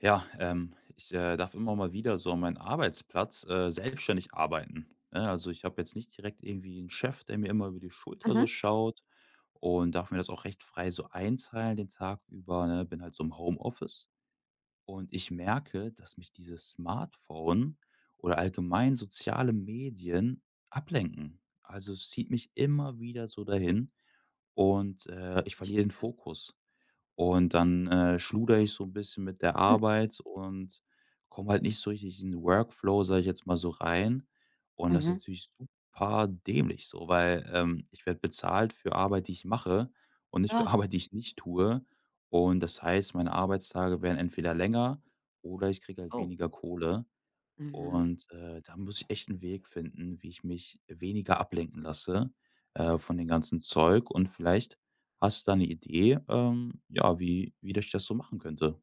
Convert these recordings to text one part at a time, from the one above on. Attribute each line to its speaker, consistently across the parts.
Speaker 1: Ja, ich, darf immer mal wieder so an meinen Arbeitsplatz, selbstständig arbeiten, ne? Also, ich habe jetzt nicht direkt irgendwie einen Chef, der mir immer über die Schulter so
Speaker 2: Mhm.
Speaker 1: schaut und darf mir das auch recht frei so einteilen den Tag über, ne? Bin halt so im Homeoffice und ich merke, dass mich dieses Smartphone oder allgemein soziale Medien ablenken. Also, es zieht mich immer wieder so dahin und, ich verliere den
Speaker 2: Verstehe.
Speaker 1: Fokus. Und dann, schludere ich so ein bisschen mit der Arbeit und komme halt nicht so richtig in den Workflow, sage ich jetzt mal so, rein. Und das ist
Speaker 2: Mhm.
Speaker 1: natürlich super dämlich so, weil, ich werde bezahlt für Arbeit, die ich mache und nicht für
Speaker 2: Ja.
Speaker 1: Arbeit, die ich nicht tue. Und das heißt, meine Arbeitstage werden entweder länger oder ich kriege halt
Speaker 2: Oh.
Speaker 1: weniger Kohle.
Speaker 2: Mhm.
Speaker 1: Und, da muss ich echt einen Weg finden, wie ich mich weniger ablenken lasse, von dem ganzen Zeug, und vielleicht hast du da eine Idee, ja, wie ich das so machen könnte.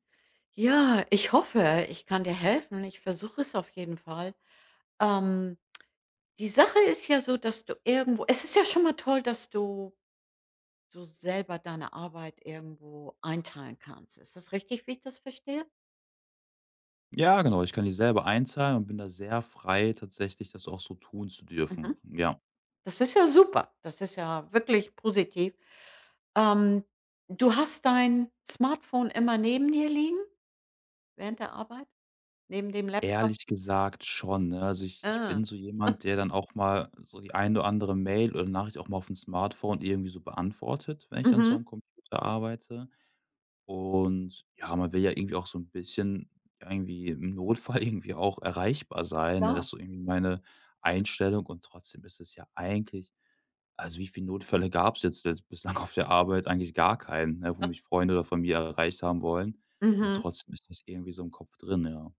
Speaker 2: Ja, ich hoffe, ich kann dir helfen. Ich versuche es auf jeden Fall. Ähm, Die Sache ist ja so, dass du irgendwo es ist ja schon mal toll, dass du so selber deine Arbeit irgendwo einteilen kannst. Ist das richtig, wie ich das verstehe?
Speaker 1: Ja, genau, ich kann die selber einzahlen und bin da sehr frei, tatsächlich das auch so tun zu dürfen,
Speaker 2: Mhm.
Speaker 1: ja.
Speaker 2: Das ist ja super. Das ist ja wirklich positiv. Ähm, du hast dein Smartphone immer neben dir liegen während der Arbeit? Neben dem Laptop?
Speaker 1: Ehrlich gesagt schon, ne? Also, ich
Speaker 2: Ah.
Speaker 1: bin so jemand, der dann auch mal so die ein oder andere Mail oder Nachricht auch mal auf dem Smartphone irgendwie so beantwortet, wenn ich an so einem
Speaker 2: Mhm.
Speaker 1: Computer arbeite. Und ja, man will ja irgendwie auch so ein bisschen ja, irgendwie im Notfall irgendwie auch erreichbar sein, ne? Das
Speaker 2: Klar.
Speaker 1: ist so irgendwie meine Einstellung, und trotzdem ist es ja eigentlich also, wie viele Notfälle gab's jetzt bislang auf der Arbeit? Eigentlich gar keinen, ne, wo mich Freunde oder Familie erreicht haben wollen, und
Speaker 2: Mhm.
Speaker 1: trotzdem ist das irgendwie so im Kopf drin, ja.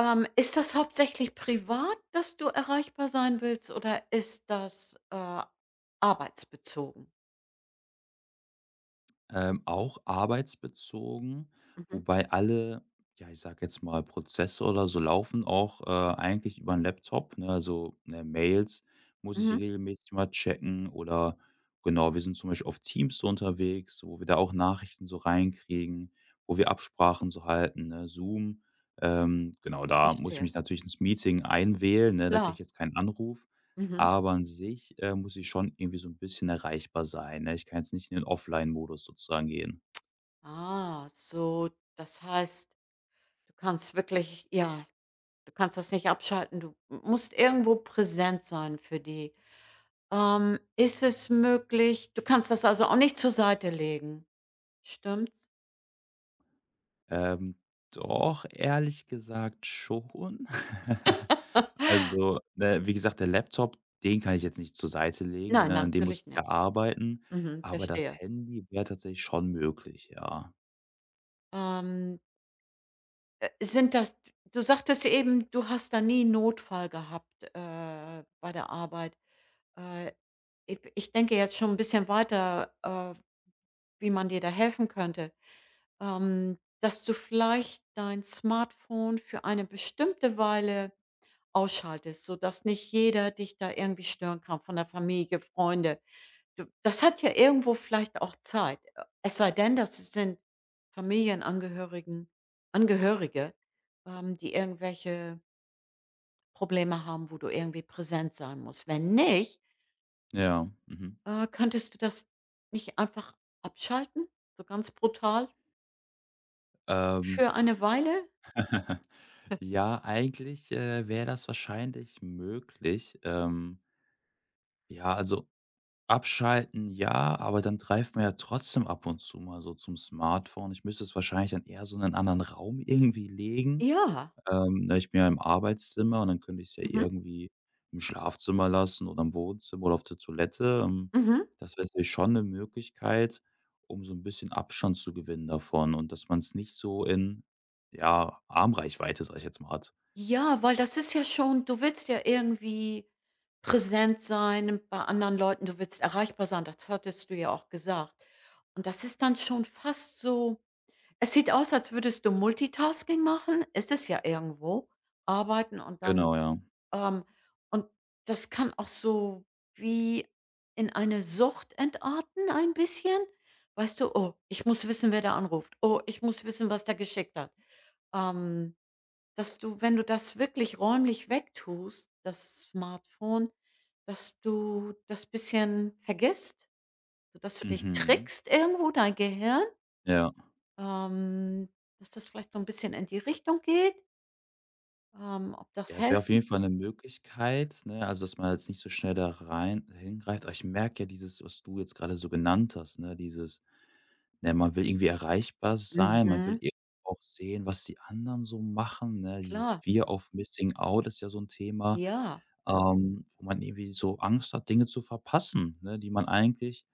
Speaker 2: Ist das hauptsächlich privat, dass du erreichbar sein willst, oder ist das, arbeitsbezogen?
Speaker 1: Auch arbeitsbezogen,
Speaker 2: Mhm,
Speaker 1: wobei alle, ja, ich sage jetzt mal, Prozesse oder so laufen auch eigentlich über 'n Laptop, ne? Also, ne, Mails muss ich
Speaker 2: mhm,
Speaker 1: regelmäßig mal checken oder genau, wir sind zum Beispiel auf Teams so unterwegs, wo wir da auch Nachrichten so reinkriegen, wo wir Absprachen so halten, ne? Zoom, genau, da muss ich
Speaker 2: verstehe.
Speaker 1: mich natürlich ins Meeting einwählen, ne? Da kriege ich
Speaker 2: Klar.
Speaker 1: jetzt keinen Anruf.
Speaker 2: Mhm.
Speaker 1: Aber an sich, muss ich schon irgendwie so ein bisschen erreichbar sein, ne? Ich kann jetzt nicht in den Offline-Modus sozusagen gehen.
Speaker 2: Ah, so, das heißt, du kannst wirklich du kannst das nicht abschalten. Du musst irgendwo präsent sein für die. Ist es möglich du kannst das also auch nicht zur Seite legen, stimmt's?
Speaker 1: Ähm, Doch, ehrlich gesagt schon. Also, ne, wie gesagt, der Laptop, den kann ich jetzt nicht zur Seite legen,
Speaker 2: Nein,
Speaker 1: ne? An dem muss ich
Speaker 2: natürlich
Speaker 1: ja
Speaker 2: nicht.
Speaker 1: arbeiten,
Speaker 2: Mhm,
Speaker 1: aber das
Speaker 2: verstehe.
Speaker 1: Handy wäre tatsächlich schon möglich, ja.
Speaker 2: Ähm sind das du sagtest ja eben, du hast da nie 'n Notfall gehabt, bei der Arbeit. Äh, i ich denke jetzt schon ein bisschen weiter, wie man dir da helfen könnte. Dass du vielleicht dein Smartphone für eine bestimmte Weile ausschaltest, sodass nicht jeder dich da irgendwie stören kann, von der Familie, Freunde. Du das hat ja irgendwo vielleicht auch Zeit. Es sei denn, das sind Familienangehörigen Angehörige, die irgendwelche Probleme haben, wo du irgendwie präsent sein musst. Wenn nicht,
Speaker 1: Ja, mhm.
Speaker 2: könntest du das nicht einfach abschalten, so ganz brutal
Speaker 1: Ähm,
Speaker 2: für eine Weile?
Speaker 1: ja, eigentlich, wäre das wahrscheinlich möglich. Ja, also Abschalten ja, aber dann greift man ja trotzdem ab und zu mal so zum Smartphone. Ich müsste es wahrscheinlich dann eher so in einen anderen Raum irgendwie legen.
Speaker 2: Ja.
Speaker 1: Ne, ich bin ja im Arbeitszimmer, und dann könnte ich es ja
Speaker 2: Mhm.
Speaker 1: irgendwie im Schlafzimmer lassen oder im Wohnzimmer oder auf der Toilette.
Speaker 2: Mhm.
Speaker 1: Das wäre natürlich schon eine Möglichkeit, um so ein bisschen Abstand zu gewinnen davon und dass man es nicht so in, ja, Armreichweite, sage ich jetzt mal, hat.
Speaker 2: Ja, weil das ist ja schon du willst ja irgendwie präsent sein bei anderen Leuten, du willst erreichbar sein, das hattest du ja auch gesagt. Und das ist dann schon fast so es sieht aus, als würdest du Multitasking machen, ist es ja irgendwo, arbeiten und dann,
Speaker 1: Genau, ja.
Speaker 2: ähm und das kann auch so wie in eine Sucht entarten ein bisschen. Weißt du: „Oh, ich muss wissen, wer da anruft. Oh, ich muss wissen, was der geschickt hat.“ Ähm dass du, wenn du das wirklich räumlich wegtust, das Smartphone, dass du das bisschen vergisst, sodass du dich
Speaker 1: Mhm.
Speaker 2: trickst irgendwo, dein Gehirn,
Speaker 1: Ja.
Speaker 2: ähm, dass das vielleicht so ein bisschen in die Richtung geht, ob
Speaker 1: Ja,
Speaker 2: das
Speaker 1: es wäre auf jeden
Speaker 2: helfen
Speaker 1: Fall eine Möglichkeit, ne, also, dass man jetzt nicht so schnell da rein hingreift. Aber ich merke ja dieses, was du jetzt gerade so genannt hast, ne, dieses, ne, man will irgendwie erreichbar sein, man will
Speaker 2: Mhm,
Speaker 1: irgendwie auch sehen, was die anderen so machen, ne? Dieses
Speaker 2: klar.
Speaker 1: Fear of Missing Out ist ja so ein Thema,
Speaker 2: Ja,
Speaker 1: wo man irgendwie so Angst hat, Dinge zu verpassen, ne, die man eigentlich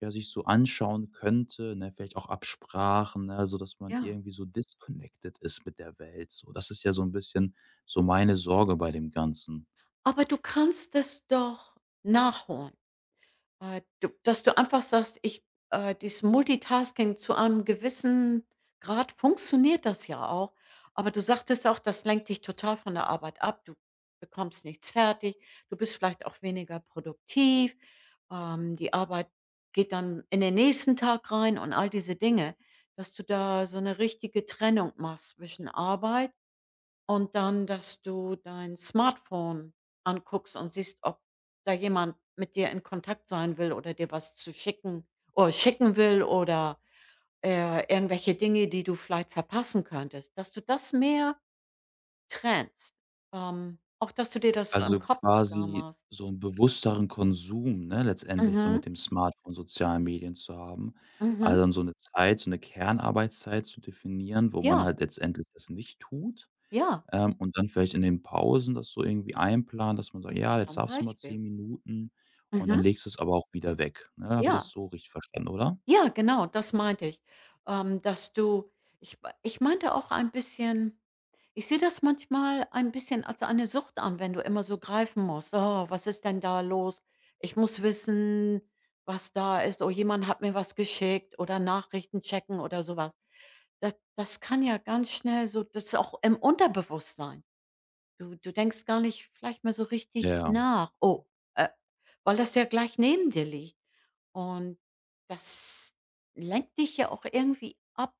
Speaker 1: ja, sich so anschauen könnte, ne? Vielleicht auch Absprachen, ne, so dass man
Speaker 2: ja.
Speaker 1: irgendwie so disconnected ist mit der Welt so. Das ist ja so ein bisschen so meine Sorge bei dem Ganzen.
Speaker 2: Aber du kannst es doch nachholen. Du dass du einfach sagst: „Ich dieses Multitasking zu einem gewissen Grad funktioniert das ja auch.“ Aber du sagtest auch, das lenkt dich total von der Arbeit ab. Du bekommst nichts fertig. Du bist vielleicht auch weniger produktiv. Die Arbeit geht dann in den nächsten Tag rein und all diese Dinge, dass du da so eine richtige Trennung machst zwischen Arbeit und dann, dass du dein Smartphone anguckst und siehst, ob da jemand mit dir in Kontakt sein will oder dir was zu schicken oder schicken will, oder, irgendwelche Dinge, die du vielleicht verpassen könntest, dass du das mehr trennst. Auch, dass du dir das so im
Speaker 1: Also,
Speaker 2: Kopf klar
Speaker 1: quasi
Speaker 2: machst.
Speaker 1: so 'n bewussteren Konsum, ne, letztendlich so
Speaker 2: Mhm,
Speaker 1: mit dem Smartphone, sozialen Medien zu haben.
Speaker 2: mhm.
Speaker 1: Also, dann so eine Zeit so eine Kernarbeitszeit zu definieren, wo man
Speaker 2: Ja,
Speaker 1: halt letztendlich das nicht tut.
Speaker 2: ja,
Speaker 1: Und dann vielleicht in den Pausen das so irgendwie einplanen, dass man sagt: „Ja, jetzt
Speaker 2: zum
Speaker 1: darfst du mal
Speaker 2: Beispiel.
Speaker 1: 10 Minuten“, und dann
Speaker 2: Mhm.
Speaker 1: legst du es aber auch wieder weg, ne? Habe ich das
Speaker 2: Ja,
Speaker 1: so richtig verstanden, oder?
Speaker 2: ja, genau, das meinte ich. Dass du ich meinte auch ein bisschen ich sehe das manchmal ein bisschen als eine Sucht an, wenn du immer so greifen musst. „Oh, was ist denn da los? Ich muss wissen, was da ist. Oh, jemand hat mir was geschickt“ oder Nachrichten checken oder sowas. Das kann ja ganz schnell so das ist auch im Unterbewusstsein. Du denkst gar nicht vielleicht mal so richtig
Speaker 1: Ja,
Speaker 2: nach. „Oh, äh“, weil das ja gleich neben dir liegt. Und das lenkt dich ja auch irgendwie ab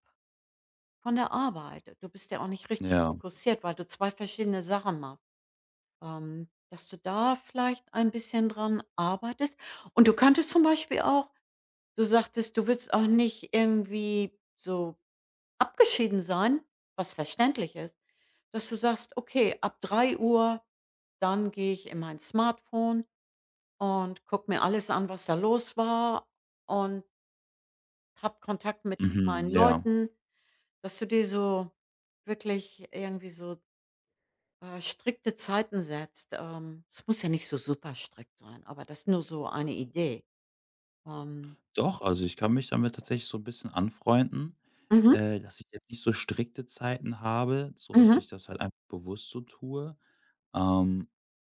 Speaker 2: von der Arbeit. Du bist ja auch nicht richtig
Speaker 1: ja.
Speaker 2: fokussiert, weil du 2 verschiedene Sachen machst. Dass du da vielleicht ein bisschen dran arbeitest. Und du könntest zum Beispiel auch du sagtest, du willst auch nicht irgendwie so abgeschieden sein, was verständlich ist, dass du sagst: „Okay, ab drei Uhr dann gehe ich in mein Smartphone und gucke mir alles an, was da los war, und habe Kontakt mit
Speaker 1: Mhm,
Speaker 2: meinen
Speaker 1: ja.
Speaker 2: Leuten.“ Dass du dir so wirklich irgendwie so, strikte Zeiten setzt. Es muss ja nicht so super strikt sein, aber das ist nur so eine Idee. Ähm,
Speaker 1: Doch, also ich kann mich damit tatsächlich so ein bisschen anfreunden,
Speaker 2: mhm,
Speaker 1: dass ich jetzt nicht so strikte Zeiten habe, so dass
Speaker 2: mhm.
Speaker 1: ich das halt einfach bewusst so tue, ähm,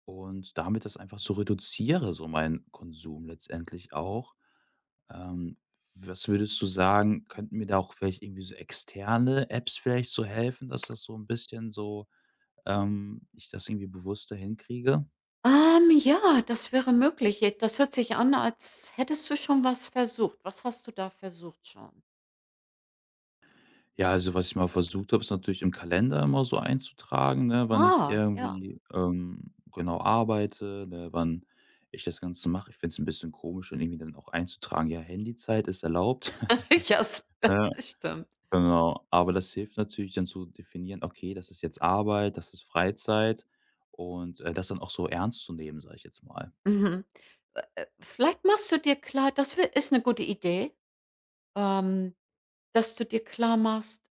Speaker 1: und damit das einfach so reduziere, so meinen Konsum letztendlich auch. Ähm, Was würdest du sagen, könnten mir da auch vielleicht irgendwie so externe Apps vielleicht so helfen, dass das so ein bisschen so ich das irgendwie bewusster hinkriege?
Speaker 2: Ja, das wäre möglich. J Das hört sich an, als hättest du schon was versucht. Was hast du da versucht schon?
Speaker 1: Ja, also, was ich mal versucht habe, ist natürlich im Kalender immer so einzutragen, ne, wann ich
Speaker 2: Ah, ja.
Speaker 1: irgendwie, genau arbeite, ne, wann ich das Ganze mache. Ich finde es 'n bisschen komisch, dann irgendwie dann auch einzutragen: „Ja, Handyzeit ist erlaubt.“
Speaker 2: Ja, s
Speaker 1: Ne,
Speaker 2: stimmt.
Speaker 1: genau. Aber das hilft natürlich dann zu definieren: „Okay, das ist jetzt Arbeit, das ist Freizeit“, und, das dann auch so ernst zu nehmen, sage ich jetzt mal.
Speaker 2: Mhm. Vielleicht machst du dir klar das wär ist eine gute Idee, ähm, dass du dir klar machst,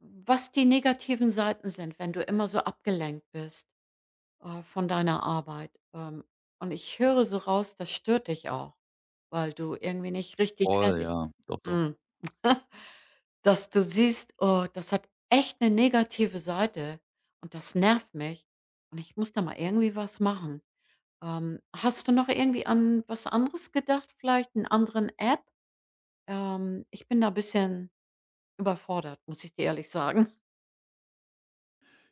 Speaker 2: was die negativen Seiten sind, wenn du immer so abgelenkt bist, von deiner Arbeit. Und ich höre so raus, das stört dich auch, weil du irgendwie nicht richtig
Speaker 1: Voll,
Speaker 2: fertig
Speaker 1: ja. Doch, doch.
Speaker 2: mhm. Dass du siehst: „Oh, das hat echt eine negative Seite und das nervt mich und ich muss da mal irgendwie was machen.“ hast du noch irgendwie an was anderes gedacht, vielleicht einen anderen App? Ich bin da ein bisschen überfordert, muss ich dir ehrlich sagen.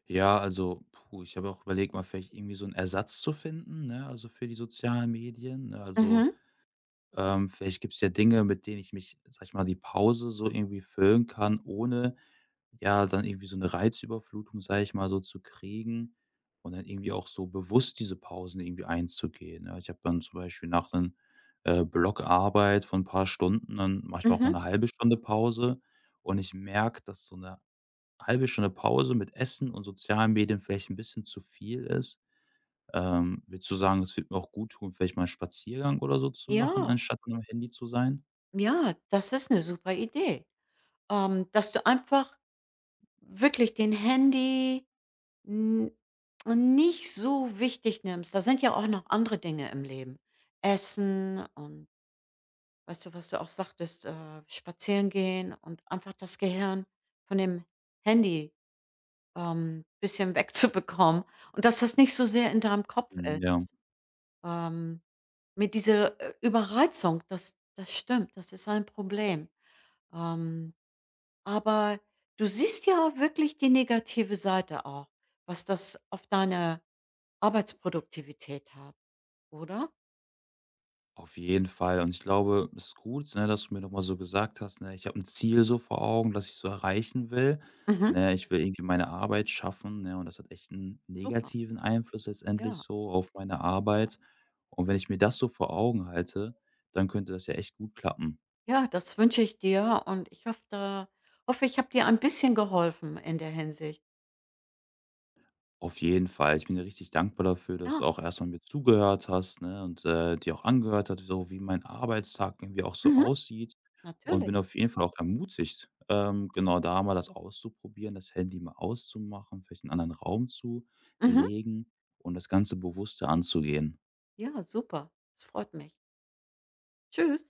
Speaker 1: Ja, also, puh, ich habe auch überlegt, mal vielleicht irgendwie so einen Ersatz zu finden, ne, also, für die sozialen Medien, ne? Also,
Speaker 2: Mhm,
Speaker 1: Vielleicht gibt es ja Dinge, mit denen ich mich, sage ich mal, die Pause so irgendwie füllen kann, ohne ja dann irgendwie so eine Reizüberflutung, sage ich mal, so zu kriegen und dann irgendwie auch so bewusst diese Pausen irgendwie einzugehen, ja? Ich habe dann zum Beispiel nach 'nen, Block von 'n paar Stunden, dann mache ich mir auch
Speaker 2: mhm.
Speaker 1: mal eine halbe Stunde Pause, und ich merke, dass so eine halbe Stunde Pause mit Essen und sozialen Medien vielleicht ein bisschen zu viel ist würdest du sagen, es wird mir auch gut tun, vielleicht mal 'n Spaziergang oder so zu machen,
Speaker 2: Ja.
Speaker 1: anstatt am Handy zu sein?
Speaker 2: Ja, das ist eine super Idee, dass du einfach wirklich den Handy n nicht so wichtig nimmst. Da sind ja auch noch andere Dinge im Leben. Essen und weißt du, was du auch sagtest, spazieren gehen und einfach das Gehirn von dem Handy, bisschen wegzubekommen und dass das nicht so sehr in deinem Kopf
Speaker 1: Mhm,
Speaker 2: ist.
Speaker 1: ja,
Speaker 2: Ähm, mit dieser, Überreizung, das stimmt, das ist ein Problem. Ähm Aber du siehst ja wirklich die negative Seite auch, was das auf deine Arbeitsproduktivität hat, oder?
Speaker 1: auf jeden Fall. Und ich glaube, es ist gut, ne, dass du mir noch mal so gesagt hast, ne: „Ich habe 'n Ziel so vor Augen, das ich so erreichen will,
Speaker 2: Mhm.
Speaker 1: ne? Ich will irgendwie meine Arbeit schaffen, ne?“ Und das hat echt 'n
Speaker 2: Super.
Speaker 1: negativen Einfluss letztendlich
Speaker 2: Ja.
Speaker 1: so auf meine Arbeit. Und wenn ich mir das so vor Augen halte, dann könnte das ja echt gut klappen.
Speaker 2: Ja, das wünsche ich dir und ich hoffe, ich habe dir ein bisschen geholfen in der Hinsicht.
Speaker 1: Auf jeden Fall. Ich bin dir richtig dankbar dafür, dass du
Speaker 2: Ja,
Speaker 1: auch erstmal mir zugehört hast, ne, und, dir auch angehört hat, so wie mein Arbeitstag irgendwie auch so
Speaker 2: Mhm.
Speaker 1: aussieht, und
Speaker 2: natürlich.
Speaker 1: bin auf jeden Fall auch ermutigt, genau da mal das auszuprobieren, das Handy mal auszumachen, vielleicht in 'nen anderen Raum zu
Speaker 2: Mhm.
Speaker 1: legen und das Ganze bewusster anzugehen.
Speaker 2: Ja, super. Es freut mich. Tschüss.